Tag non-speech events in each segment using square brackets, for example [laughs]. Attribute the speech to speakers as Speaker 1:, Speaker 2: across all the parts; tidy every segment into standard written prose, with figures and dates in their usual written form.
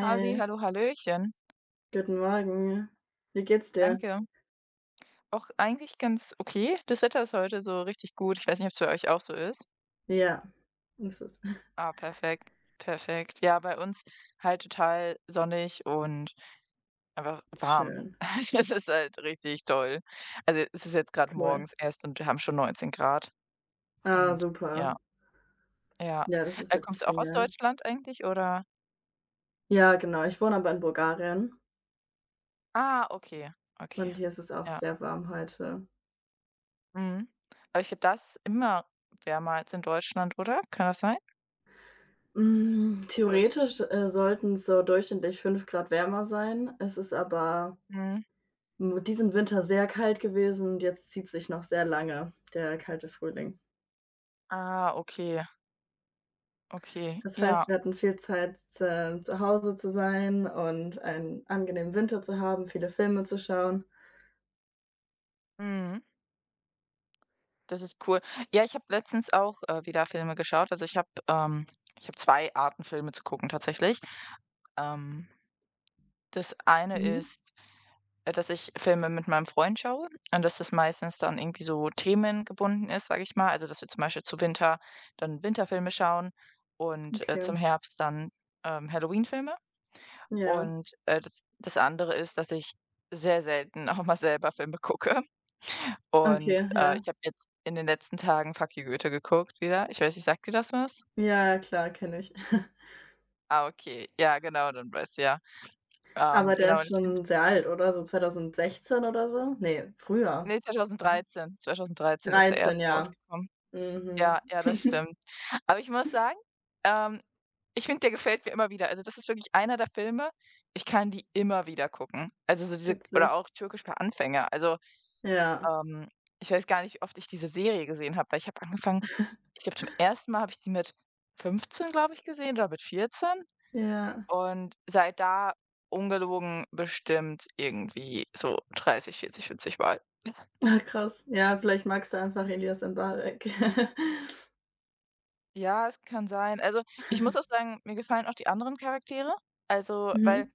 Speaker 1: Halli, hallo, hallöchen.
Speaker 2: guten Morgen. Wie geht's dir?
Speaker 1: Danke. Auch eigentlich ganz okay. Das Wetter ist heute so richtig gut. Ich weiß nicht, ob es bei euch auch so ist.
Speaker 2: Ja, das ist
Speaker 1: Ah, perfekt, perfekt. Ja, bei uns halt total sonnig und einfach
Speaker 2: [laughs]
Speaker 1: warm.
Speaker 2: schön,
Speaker 1: [laughs] Es ist halt richtig toll. Also, es ist jetzt gerade
Speaker 2: cool.
Speaker 1: morgens erst und wir haben schon 19 Grad.
Speaker 2: Ah,
Speaker 1: Und
Speaker 2: super.
Speaker 1: ja, ja.
Speaker 2: Ja, das ist
Speaker 1: Kommst
Speaker 2: wirklich
Speaker 1: du auch aus
Speaker 2: genial.
Speaker 1: Deutschland eigentlich oder?
Speaker 2: Ja, genau, ich wohne aber in Bulgarien
Speaker 1: Ah, okay, okay.
Speaker 2: und hier ist es auch
Speaker 1: Ja,
Speaker 2: sehr warm heute.
Speaker 1: mhm. Aber ich glaube, das ist immer wärmer als in Deutschland, oder? Kann das sein? Oder
Speaker 2: Theoretisch, sollten es so durchschnittlich 5 Grad wärmer sein. Es ist aber,
Speaker 1: mhm.
Speaker 2: diesen Winter sehr kalt gewesen und jetzt zieht sich noch sehr lange der kalte Frühling.
Speaker 1: Ah, okay, okay,
Speaker 2: Das
Speaker 1: ja,
Speaker 2: heißt, wir hatten viel Zeit, zu Hause zu sein und einen angenehmen Winter zu haben, viele Filme zu schauen.
Speaker 1: mhm. Das ist cool. Ja, ich habe letztens auch, wieder Filme geschaut. Also, ich habe 2 Arten, Filme zu gucken tatsächlich. Ähm, Das eine
Speaker 2: Mhm,
Speaker 1: ist, dass ich Filme mit meinem Freund schaue und dass das meistens dann irgendwie so themengebunden ist, sage ich mal. Also, dass wir zum Beispiel zu Winter dann Winterfilme schauen und,
Speaker 2: okay.
Speaker 1: zum Herbst dann, Halloween-Filme.
Speaker 2: Ja,
Speaker 1: Und, das andere ist, dass ich sehr selten [laughs] auch mal selber Filme gucke. Und,
Speaker 2: okay, ja.
Speaker 1: ich habe jetzt in den letzten Tagen Fuck you Goethe geguckt wieder. Ich weiß nicht, sagt dir das was?
Speaker 2: Ja, klar, kenne ich. [laughs]
Speaker 1: Ah, okay. Ja, genau, dann weißt du ja.
Speaker 2: Aber der
Speaker 1: Genau,
Speaker 2: ist
Speaker 1: und ich finde
Speaker 2: schon sehr alt, oder? So 2016 oder so? Ne, früher,
Speaker 1: ne,
Speaker 2: oder?
Speaker 1: 2013. 2013 ist der
Speaker 2: 13,
Speaker 1: erste
Speaker 2: ja.
Speaker 1: rausgekommen.
Speaker 2: Mhm,
Speaker 1: Ja, ja, das stimmt. Aber ich muss sagen, ähm, ich finde, der gefällt mir immer wieder. Also, das ist wirklich einer der Filme, ich kann die immer wieder gucken. Also, so diese oder
Speaker 2: witzig.
Speaker 1: auch Türkisch für Anfänger. Also,
Speaker 2: Ja,
Speaker 1: Ähm, ich weiß gar nicht, wie oft ich diese Serie gesehen habe, weil ich habe angefangen ich glaube, zum ersten Mal habe ich die mit 15, glaube ich, gesehen oder mit 14
Speaker 2: ja.
Speaker 1: und seit da ungelogen bestimmt irgendwie so 30, 40, 50 Mal.
Speaker 2: Ah, krass. Ja, vielleicht magst du einfach Elias Embarek. [laughs]
Speaker 1: Ja, es kann sein. Also, ich muss auch sagen, mir gefallen auch die anderen Charaktere. Also, weil
Speaker 2: Mhm,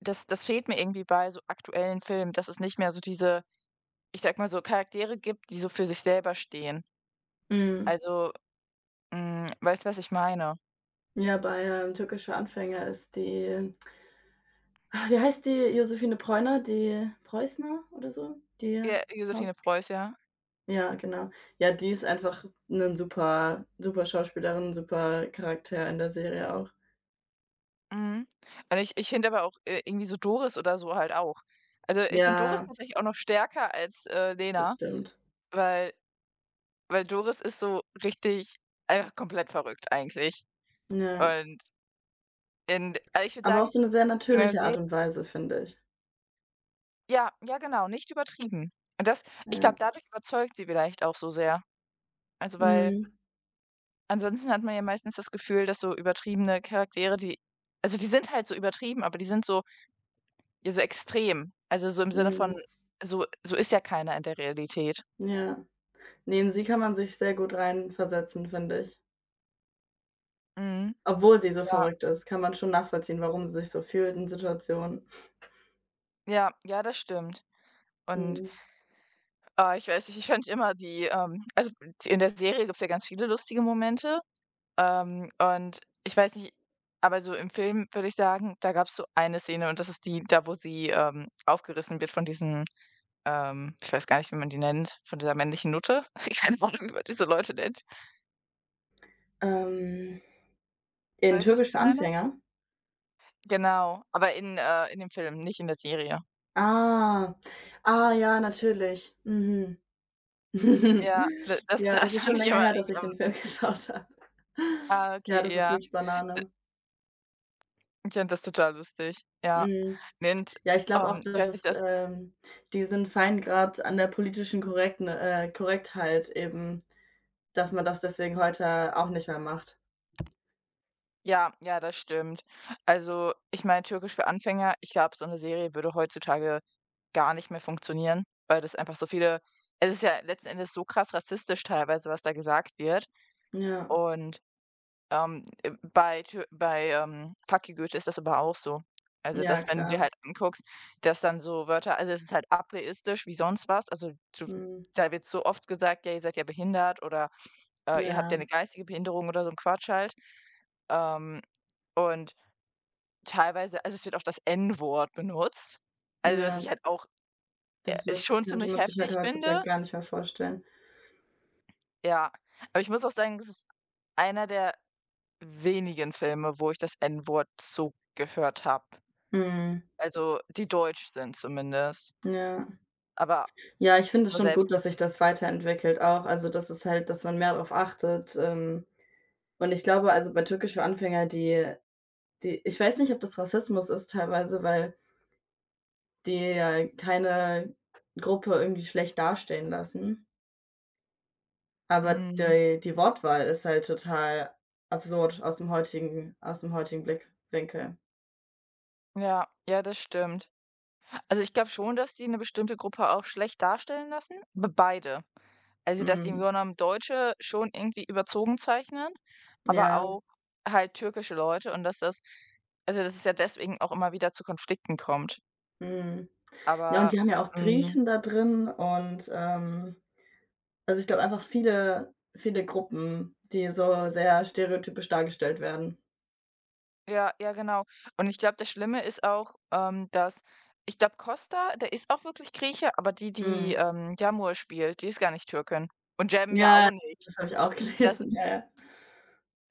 Speaker 1: das fehlt mir irgendwie bei so aktuellen Filmen, dass es nicht mehr so diese, ich sag mal so, Charaktere gibt, die so für sich selber stehen.
Speaker 2: mhm.
Speaker 1: Also, hm, weißt du, was ich meine?
Speaker 2: Ja, bei, „Türkischer Anfänger" ist die. Ah, wie heißt die? Josephine Preuner, die Preußner oder so? Die
Speaker 1: Ja, Josephine
Speaker 2: Haupt
Speaker 1: Preuß, ja.
Speaker 2: Ja, genau. Ja, die ist einfach 'nen super super Schauspielerin, super Charakter in der Serie auch.
Speaker 1: Mhm. Also, ich finde aber auch, irgendwie so Doris oder so halt auch. Also, ich finde Doris
Speaker 2: Ja,
Speaker 1: tatsächlich auch noch stärker als,
Speaker 2: das
Speaker 1: Lena,
Speaker 2: stimmt.
Speaker 1: weil weil Doris ist so richtig einfach komplett verrückt eigentlich.
Speaker 2: Ja,
Speaker 1: Und in also, ich würde
Speaker 2: aber auf
Speaker 1: sagen,
Speaker 2: so 'ne sehr
Speaker 1: in der
Speaker 2: natürliche
Speaker 1: Se
Speaker 2: Art und Weise, finde ich.
Speaker 1: ja, ja genau, nicht übertrieben. Und das ich glaube,
Speaker 2: Ja.
Speaker 1: dadurch überzeugt sie vielleicht auch so sehr. Also, weil
Speaker 2: Mhm,
Speaker 1: ansonsten hat man ja meistens das Gefühl, dass so übertriebene Charaktere, die also, die sind halt so übertrieben, aber die sind so ja, so extrem. Also, so im Sinne von
Speaker 2: mhm,
Speaker 1: so so ist ja keiner in der Realität.
Speaker 2: ja. Ne, in sie kann man sich sehr gut reinversetzen, finde ich.
Speaker 1: Mhm.
Speaker 2: Obwohl sie so
Speaker 1: Ja,
Speaker 2: verrückt ist, kann man schon nachvollziehen, warum sie sich so fühlt in Situationen.
Speaker 1: ja, ja, das stimmt. Und,
Speaker 2: Mhm.
Speaker 1: ah, ich weiß nicht, ich fand immer die, also, in der Serie gibt's ja ganz viele lustige Momente, und ich weiß nicht aber so im Film würde ich sagen, da gab's so eine Szene und das ist die, da wo sie, aufgerissen wird von diesem, ich weiß gar nicht, wie man die nennt, von dieser männlichen Nutte. [laughs] Ich keine Ahnung, wie man diese Leute nennt.
Speaker 2: Ähm, in
Speaker 1: Weißt du, was
Speaker 2: Türkisch
Speaker 1: ich
Speaker 2: für
Speaker 1: meine?
Speaker 2: Anfänger?
Speaker 1: Genau, aber in dem Film, nicht in der Serie.
Speaker 2: Ah. Ah, ja, natürlich. Mhm.
Speaker 1: Ja,
Speaker 2: [laughs]
Speaker 1: d das [laughs]
Speaker 2: Ja, das
Speaker 1: das
Speaker 2: ist schon
Speaker 1: fand ich
Speaker 2: länger
Speaker 1: aber
Speaker 2: her, dass
Speaker 1: irgendwie
Speaker 2: ich
Speaker 1: am
Speaker 2: den Film [laughs] geschaut habe.
Speaker 1: ah,
Speaker 2: Ja,
Speaker 1: okay,
Speaker 2: das ist
Speaker 1: ja.
Speaker 2: wirklich
Speaker 1: D
Speaker 2: Banane.
Speaker 1: ich fand das total lustig, ja.
Speaker 2: Mhm.
Speaker 1: Ne, und,
Speaker 2: Ja, ich glaube auch,
Speaker 1: ich
Speaker 2: dass
Speaker 1: weiß,
Speaker 2: es,
Speaker 1: das.
Speaker 2: diesen Feingrad an der politischen korrekten Korrektheit eben, dass man das deswegen heute auch nicht mehr macht.
Speaker 1: Ja, ja, das stimmt. Also, ich meine, Türkisch für Anfänger, ich glaube, so eine Serie würde heutzutage gar nicht mehr funktionieren, weil das einfach so viele es ist ja letzten Endes so krass rassistisch teilweise, was da gesagt wird
Speaker 2: Ja,
Speaker 1: und bei Tö bei, Fuck you Goethe ist das aber auch so. Also,
Speaker 2: ja,
Speaker 1: dass wenn du dir
Speaker 2: klar.
Speaker 1: halt anguckst, dass dann so Wörter also, es ist halt ableistisch wie sonst was. Also, du
Speaker 2: Mhm.
Speaker 1: da wird so oft gesagt: „Ja, ihr seid ja behindert“ oder, „Ihr habt ja 'ne
Speaker 2: Ja,
Speaker 1: geistige Behinderung“ oder so 'n Quatsch halt. Ähm, und teilweise also, es wird auch das N-Wort benutzt. Also, was
Speaker 2: ja,
Speaker 1: ich halt auch,
Speaker 2: das wird
Speaker 1: schon
Speaker 2: könnte
Speaker 1: ziemlich
Speaker 2: man sich halt
Speaker 1: heftig
Speaker 2: heutzutage
Speaker 1: finde.
Speaker 2: gar nicht mehr vorstellen.
Speaker 1: Ja, aber ich muss auch sagen, das ist einer der wenigen Filme, wo ich das N-Wort so gehört habe.
Speaker 2: Mhm,
Speaker 1: Also, die deutsch sind zumindest.
Speaker 2: ja.
Speaker 1: Aber
Speaker 2: Ja, ich finde es
Speaker 1: aber
Speaker 2: schon
Speaker 1: selbst
Speaker 2: gut, dass sich das weiterentwickelt auch. Also, dass es halt, dass man mehr darauf achtet, und ich glaube, also, bei Türkisch für Anfänger, die, ich weiß nicht, ob das Rassismus ist teilweise, weil die ja keine Gruppe irgendwie schlecht dastehen lassen, aber
Speaker 1: mhm,
Speaker 2: die Wortwahl ist halt total absurd aus dem heutigen Blickwinkel.
Speaker 1: ja, ja, das stimmt. Also, ich glaube schon, dass die eine bestimmte Gruppe auch schlecht darstellen lassen, be beide. Also, dass die im
Speaker 2: Mhm.
Speaker 1: Grunde genommen Deutsche schon irgendwie überzogen zeichnen, aber
Speaker 2: Ja,
Speaker 1: auch halt türkische Leute und dass das also, dass es ja deswegen auch immer wieder zu Konflikten kommt.
Speaker 2: mhm. Ja, und
Speaker 1: Aber,
Speaker 2: die haben ja auch
Speaker 1: hm,
Speaker 2: Griechen da drin und, also, ich glaube einfach, viele viele Gruppen, die so sehr stereotypisch dargestellt werden.
Speaker 1: ja, ja, genau. Und ich glaube, das Schlimme ist auch, dass ich glaube, Costa, der ist auch wirklich Grieche, aber die, die,
Speaker 2: Mhm.
Speaker 1: Yağmur spielt, die ist gar nicht Türkin. Und Cem ja
Speaker 2: Ja,
Speaker 1: auch nicht.
Speaker 2: das habe ich auch [laughs]
Speaker 1: Das
Speaker 2: gelesen, ja, ja.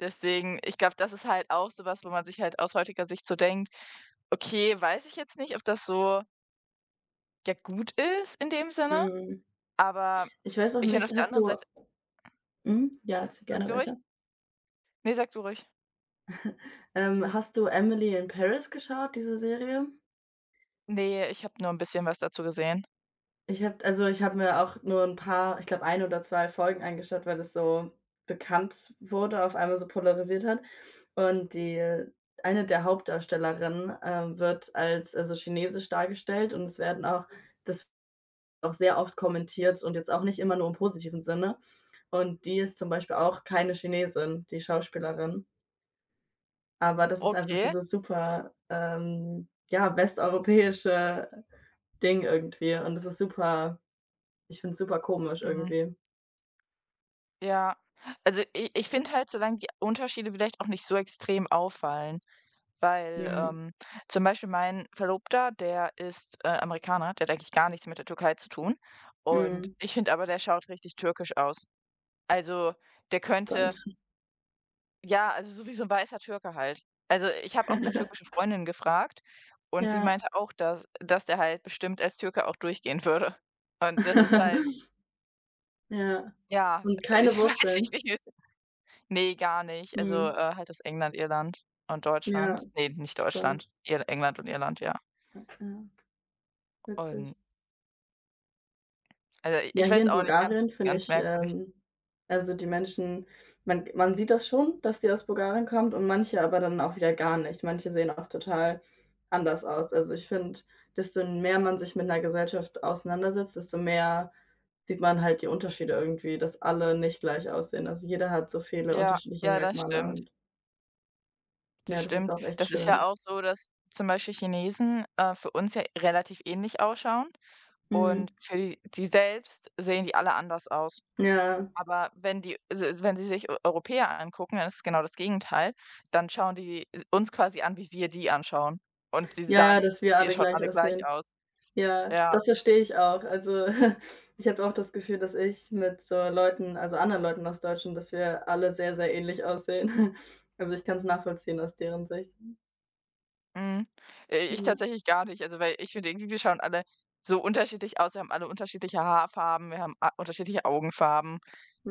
Speaker 1: deswegen, ich glaube, das ist halt auch so was, wo man sich halt aus heutiger Sicht so denkt: „Okay, weiß ich jetzt nicht, ob das so, ja, gut ist in dem Sinne“,
Speaker 2: Mhm.
Speaker 1: aber
Speaker 2: Ich weiß auch
Speaker 1: ich bin
Speaker 2: nicht,
Speaker 1: auf der
Speaker 2: hast
Speaker 1: anderen
Speaker 2: du
Speaker 1: Seite
Speaker 2: mhm, ja, erzähl
Speaker 1: sag
Speaker 2: gerne
Speaker 1: du ruhig.
Speaker 2: weiter.
Speaker 1: Ne, sag du ruhig.
Speaker 2: Hast du „Emily in Paris" geschaut, diese Serie?
Speaker 1: Ne, ich habe nur ein bisschen was dazu gesehen.
Speaker 2: Ich habe Also, ich habe mir auch nur 'n paar, ich glaube, ein oder 2 Folgen angeschaut, weil das so bekannt wurde, auf einmal so polarisiert hat. Und die eine der Hauptdarstellerinnen, wird als, also, chinesisch dargestellt und es werden auch das auch sehr oft kommentiert und jetzt auch nicht immer nur im positiven Sinne. Und die ist zum Beispiel auch keine Chinesin, die Schauspielerin. Aber das ist einfach
Speaker 1: Okay.
Speaker 2: dieses super, ja, westeuropäische Ding irgendwie und das ist super, ich finde es super komisch
Speaker 1: Mhm.
Speaker 2: irgendwie.
Speaker 1: Ja. Also, ich finde halt, solange die Unterschiede vielleicht auch nicht so extrem auffallen, weil,
Speaker 2: Mhm,
Speaker 1: zum Beispiel mein Verlobter, der ist, Amerikaner, der hat eigentlich gar nichts mit der Türkei zu tun und
Speaker 2: mhm.
Speaker 1: ich finde aber, der schaut richtig türkisch aus. Also, der könnte
Speaker 2: Spannend.
Speaker 1: ja, also, so wie so 'n weißer Türke halt. Also, ich habe auch eine türkische Freundin gefragt und sie
Speaker 2: Ja.
Speaker 1: meinte auch, dass dass der halt bestimmt als Türke auch durchgehen würde. Und das ist halt
Speaker 2: [laughs] Ja.
Speaker 1: ja,
Speaker 2: Und
Speaker 1: [laughs]
Speaker 2: keine
Speaker 1: ich
Speaker 2: Wurzeln.
Speaker 1: weiß nicht ne, gar nicht. Also,
Speaker 2: Mhm.
Speaker 1: halt aus England, Irland und
Speaker 2: Ja,
Speaker 1: Deutschland. Ne, nicht
Speaker 2: spannend.
Speaker 1: Deutschland, Ir England und Irland, ja.
Speaker 2: Ja, ja, witzig.
Speaker 1: Und also, i-
Speaker 2: Ja,
Speaker 1: ich
Speaker 2: hier
Speaker 1: weiß
Speaker 2: in
Speaker 1: auch nicht, ganz
Speaker 2: Bulgarien finde
Speaker 1: ganz
Speaker 2: ich,
Speaker 1: merkwürdig.
Speaker 2: also, die Menschen, man sieht das schon, dass die aus Bulgarien kommt, und manche aber dann auch wieder gar nicht. Manche sehen auch total anders aus. Also, ich finde, desto mehr man sich mit einer Gesellschaft auseinandersetzt, desto mehr sieht man halt die Unterschiede irgendwie, dass alle nicht gleich aussehen. Also, jeder hat so viele
Speaker 1: Ja,
Speaker 2: unterschiedliche
Speaker 1: ja, das
Speaker 2: Merkmale
Speaker 1: stimmt,
Speaker 2: und ja,
Speaker 1: das
Speaker 2: das ist
Speaker 1: stimmt.
Speaker 2: auch echt
Speaker 1: Das ist ja
Speaker 2: schön.
Speaker 1: auch so, dass zum Beispiel Chinesen, für uns ja relativ ähnlich ausschauen und
Speaker 2: Mhm.
Speaker 1: für die die selbst sehen die alle anders aus.
Speaker 2: Ja.
Speaker 1: Aber wenn die s wenn sie sich Eu Europäer angucken, dann ist es genau das Gegenteil. Dann schauen die uns quasi an, wie wir die anschauen. Und sie
Speaker 2: Ja, ja,
Speaker 1: sagen:
Speaker 2: dass wir
Speaker 1: „Ihr
Speaker 2: alle
Speaker 1: schaut
Speaker 2: gleich
Speaker 1: alle gleich
Speaker 2: aussehen.
Speaker 1: aus.“
Speaker 2: Ja,
Speaker 1: Ja.
Speaker 2: das verstehe ich auch. Also, [laughs] ich habe auch das Gefühl, dass ich mit so Leuten, also anderen Leuten aus Deutschland, dass wir alle sehr, sehr ähnlich aussehen. [laughs] Also, ich kann es nachvollziehen aus deren Sicht.
Speaker 1: Mhm. Ich
Speaker 2: Ja.
Speaker 1: tatsächlich gar nicht. Also, weil ich finde irgendwie, wir schauen alle so unterschiedlich aus. Wir haben alle unterschiedliche Haarfarben, wir haben a unterschiedliche Augenfarben,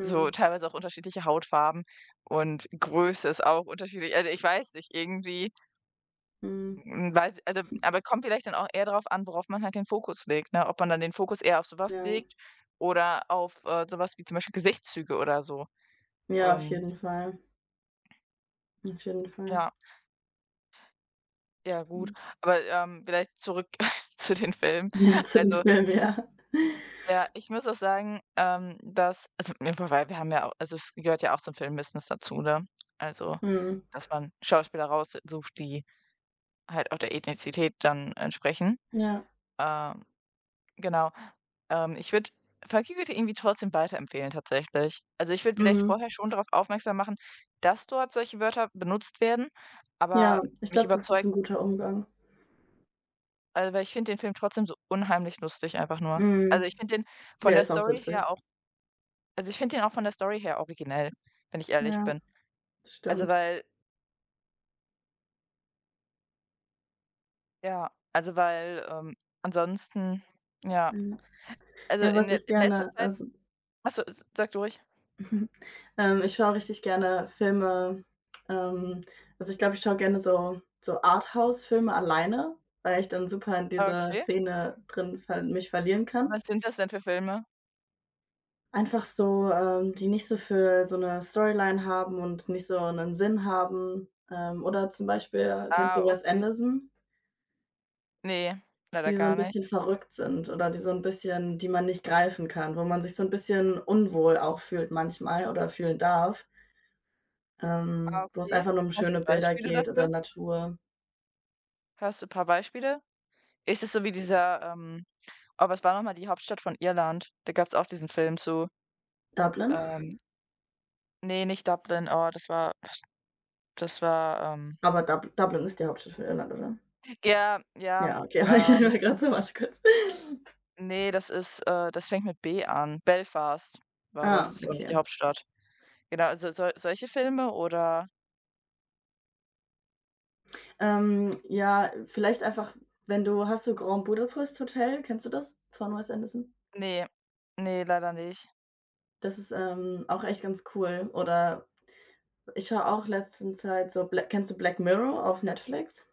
Speaker 1: so teilweise auch unterschiedliche Hautfarben und Größe ist auch unterschiedlich. Also, ich weiß nicht, irgendwie,
Speaker 2: Mhm.
Speaker 1: hm, weiß also, aber kommt vielleicht dann auch eher darauf an, worauf man halt den Fokus legt, ne? Ob man dann den Fokus eher auf sowas
Speaker 2: Ja.
Speaker 1: legt oder auf, so wie zum Beispiel Gesichtszüge oder so.
Speaker 2: Ja, auf
Speaker 1: Und
Speaker 2: jeden Fall. Auf jeden Fall.
Speaker 1: ja, ja gut.
Speaker 2: Und
Speaker 1: Aber, vielleicht zurück [laughs] zu den Filmen.
Speaker 2: [laughs] ja, zu den
Speaker 1: Also
Speaker 2: Filmen, ja.
Speaker 1: ja, ich muss auch sagen, dass also, ne, wobei wir haben ja auch also, es gehört ja auch zum Filmbusiness dazu, ne? Also,
Speaker 2: Mhm.
Speaker 1: dass man Schauspieler raussucht, die halt auch der Ethnizität dann entsprechen.
Speaker 2: Ja.
Speaker 1: Ähm, genau. Ich würde Funky würde irgendwie trotzdem weiterempfehlen tatsächlich. Also, ich würde vielleicht
Speaker 2: Mhm.
Speaker 1: vorher schon darauf aufmerksam machen, dass dort solche Wörter benutzt werden,
Speaker 2: Ja,
Speaker 1: aber
Speaker 2: ich
Speaker 1: mich
Speaker 2: glaube, das ist ein
Speaker 1: überzeugt
Speaker 2: guter Umgang.
Speaker 1: also, weil ich finde den Film trotzdem so unheimlich lustig einfach nur.
Speaker 2: Mhm.
Speaker 1: Also, ich finde den von
Speaker 2: Der
Speaker 1: der
Speaker 2: ist auch
Speaker 1: Story
Speaker 2: witzig.
Speaker 1: her also, ich finde ihn auch von der Story her originell, wenn ich ehrlich
Speaker 2: Ja,
Speaker 1: bin.
Speaker 2: das
Speaker 1: Also,
Speaker 2: stimmt.
Speaker 1: weil ja, also, weil, ansonsten ja,
Speaker 2: Ja.
Speaker 1: also,
Speaker 2: Ja,
Speaker 1: in
Speaker 2: was
Speaker 1: le
Speaker 2: ich
Speaker 1: in letzter
Speaker 2: gerne,
Speaker 1: Zeit
Speaker 2: also
Speaker 1: ach so, s sag du ruhig.
Speaker 2: [laughs] mhm. Ich schaue richtig gerne Filme, ähm also, ich glaube, ich schaue gerne so Arthouse-Filme alleine, weil ich dann super in
Speaker 1: Ah,
Speaker 2: dieser
Speaker 1: okay,
Speaker 2: Szene drin ver mich verlieren kann.
Speaker 1: was sind das denn für Filme?
Speaker 2: Einfach so, die nicht so für so 'ne Storyline haben und nicht so 'nen Sinn haben. Oder zum Beispiel, kennst du
Speaker 1: Ah,
Speaker 2: Wes
Speaker 1: okay.
Speaker 2: Anderson?
Speaker 1: Ne, leider
Speaker 2: Die so 'n
Speaker 1: gar nicht.
Speaker 2: bisschen verrückt sind, oder die so 'n bisschen, die man nicht greifen kann, wo man sich so 'n bisschen unwohl auch fühlt manchmal oder fühlen darf.
Speaker 1: Ah,
Speaker 2: Wo es
Speaker 1: okay.
Speaker 2: einfach nur um
Speaker 1: Hast du
Speaker 2: schöne Bilder
Speaker 1: Beispiele
Speaker 2: geht oder
Speaker 1: dafür?
Speaker 2: Natur.
Speaker 1: Hast du ein paar Beispiele? Ist es so wie dieser, oh, was war noch mal die Hauptstadt von Irland? Da gab es auch diesen Film zu.
Speaker 2: Dublin?
Speaker 1: Ähm, ne, nicht Dublin, oh, das war,
Speaker 2: Aber Dublin ist die Hauptstadt von Irland, oder?
Speaker 1: ja, ja,
Speaker 2: Ja, okay, [laughs] aber ich dachte
Speaker 1: ähm
Speaker 2: mir gerade so, warte kurz.
Speaker 1: nee, das ist das fängt mit B an. Belfast war
Speaker 2: Ah,
Speaker 1: das, das ist auch nicht
Speaker 2: okay.
Speaker 1: die Hauptstadt. Genau, also sol solche Filme oder
Speaker 2: Ja, vielleicht einfach, wenn du hast du Grand Budapest Hotel, kennst du das von Wes Anderson?
Speaker 1: ne, ne, leider nicht.
Speaker 2: Das ist, auch echt ganz cool. Oder ich schaue auch letzten Zeit so Bla kennst du Black Mirror auf Netflix?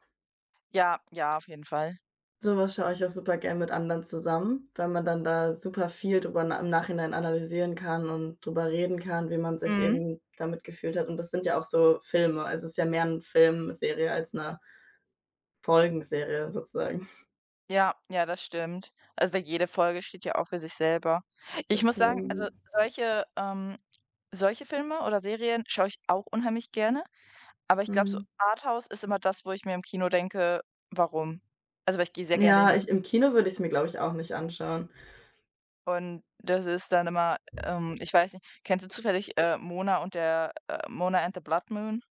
Speaker 1: Ja, ja, auf jeden Fall.
Speaker 2: So was schaue ich auch super gern mit anderen zusammen, weil man dann da super viel drüber im Nachhinein analysieren kann und drüber reden kann, wie man sich
Speaker 1: Mhm.
Speaker 2: eben damit gefühlt hat. Und das sind ja auch so Filme. Also, es ist ja mehr 'n Filmserie als 'ne Folgenserie sozusagen. [laughs]
Speaker 1: Ja, ja, das stimmt. Also, weil jede Folge steht ja auch für sich selber. Ich muss sagen, also
Speaker 2: Deswegen
Speaker 1: solche solche Filme oder Serien schaue ich auch unheimlich gerne, aber ich glaube, so
Speaker 2: mhm.
Speaker 1: Arthouse ist immer das, wo ich mir im Kino denke: „Warum?“ Also, weil ich gehe sehr gerne in
Speaker 2: Ja,
Speaker 1: die
Speaker 2: ich im Kino würde ich's mir, glaube ich, auch nicht anschauen.
Speaker 1: und das ist dann immer ich weiß nicht, kennst du zufällig, Mona und der Mona and the Blood Moon?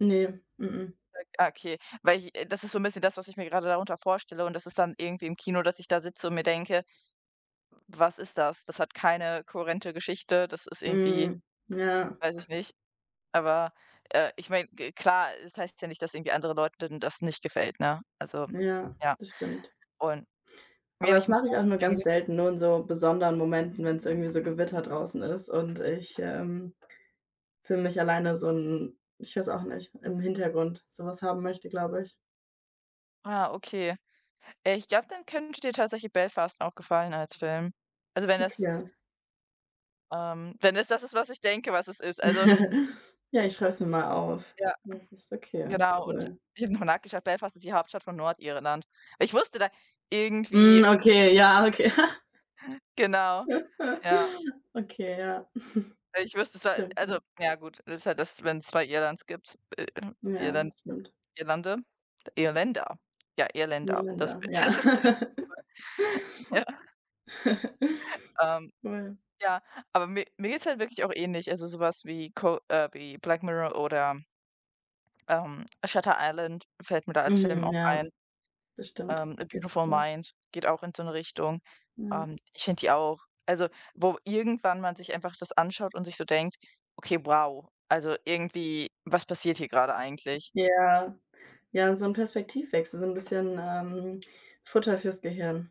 Speaker 2: Ne, m m.
Speaker 1: Ah, okay, weil ich das ist so ein bisschen das, was ich mir gerade darunter vorstelle und das ist dann irgendwie im Kino, dass ich da sitze und mir denke: „Was ist das? Das hat keine kohärente Geschichte, das ist irgendwie
Speaker 2: Mhm. Ja,
Speaker 1: weiß ich nicht.“ Aber, ich meine, klar, das heißt ja nicht, dass irgendwie anderen Leuten das nicht gefällt, ne? Also,
Speaker 2: ja,
Speaker 1: ja.
Speaker 2: das stimmt.
Speaker 1: Und ja,
Speaker 2: Aber
Speaker 1: aber ich
Speaker 2: das
Speaker 1: muss
Speaker 2: mache
Speaker 1: sagen
Speaker 2: ich auch nur
Speaker 1: ich hab mir
Speaker 2: ganz
Speaker 1: ge-
Speaker 2: selten, nur in so besonderen Momenten, wenn's irgendwie so Gewitter draußen ist und ich, für mich alleine so 'n, ich weiß auch nicht, im Hintergrund so was haben möchte, glaube ich.
Speaker 1: ah, okay. Ich glaube, dann könnte dir tatsächlich Belfast auch gefallen als Film. Also, wenn das
Speaker 2: Okay.
Speaker 1: Wenn es das ist, was ich denke, was es ist. Also,
Speaker 2: Ja, [laughs] ich schreibe es mir mal auf.
Speaker 1: ja,
Speaker 2: Ja, das ist okay,
Speaker 1: genau und
Speaker 2: cool.
Speaker 1: ich habe noch nachgeschaut, Belfast ist die Hauptstadt von Nordirland. Ich wusste da irgendwie
Speaker 2: Hm, okay, ja, okay.
Speaker 1: genau, ja.
Speaker 2: [laughs] Okay, ja.
Speaker 1: Ich wüsste es war
Speaker 2: Stimmt, hm.
Speaker 1: also, ja gut, das ist halt das, wenn es 2 Irlands gibt,
Speaker 2: Ja,
Speaker 1: Irland
Speaker 2: stimmt.
Speaker 1: Irlande Irländer. Ja, Irländer. Das
Speaker 2: Niederländer,
Speaker 1: [laughs]
Speaker 2: ja.
Speaker 1: das ist der richtige Plural. [laughs] ja.
Speaker 2: [laughs]
Speaker 1: Ähm,
Speaker 2: Cool.
Speaker 1: ja, aber mir geht's halt wirklich auch ähnlich. Also, sowas wie Co wie Black Mirror oder, Shutter Island fällt mir da als Film
Speaker 2: Mhm,
Speaker 1: auch
Speaker 2: ja,
Speaker 1: ein.
Speaker 2: das stimmt.
Speaker 1: „A
Speaker 2: Das ist
Speaker 1: Beautiful
Speaker 2: cool.
Speaker 1: Mind“ geht auch in so 'ne Richtung.
Speaker 2: Ja.
Speaker 1: Ich finde die auch also, wo irgendwann man sich einfach das anschaut und sich so denkt: „Okay, wow, also irgendwie, was passiert hier grade eigentlich?“
Speaker 2: Ja, ja, so 'n Perspektivwechsel, so 'n bisschen, Futter fürs Gehirn.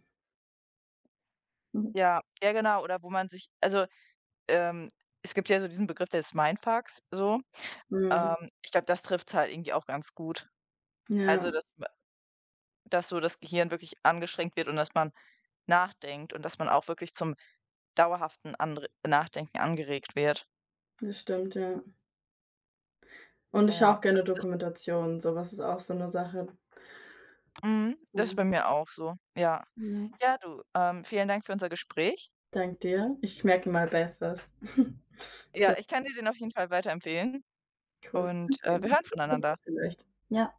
Speaker 2: Mhm.
Speaker 1: Ja, ja genau, oder wo man sich also, ähm, es gibt ja so diesen Begriff des Mindfucks so.
Speaker 2: Mhm.
Speaker 1: Ich glaube, das trifft's halt irgendwie auch ganz gut. Also,
Speaker 2: Ja.
Speaker 1: dass ma dass so das Gehirn wirklich angestrengt wird und dass man nachdenkt und dass man auch wirklich zum dauerhaften Anre Nachdenken angeregt wird.
Speaker 2: Das stimmt, ja. Und ich schaue
Speaker 1: Ja,
Speaker 2: auch
Speaker 1: das
Speaker 2: gerne
Speaker 1: das
Speaker 2: Dokumentationen, so was ist auch so 'ne Sache.
Speaker 1: mhm, das ist
Speaker 2: Ja,
Speaker 1: bei mir auch so, ja.
Speaker 2: ja.
Speaker 1: Ja, du, vielen Dank für unser Gespräch.
Speaker 2: Danke dir. Ich merke mir mal Belfast. [laughs]
Speaker 1: Ja, ich kann dir den auf jeden Fall weiterempfehlen
Speaker 2: Cool.
Speaker 1: und,
Speaker 2: Okay,
Speaker 1: wir
Speaker 2: ja,
Speaker 1: hören
Speaker 2: bis später
Speaker 1: voneinander.
Speaker 2: vielleicht. Ja.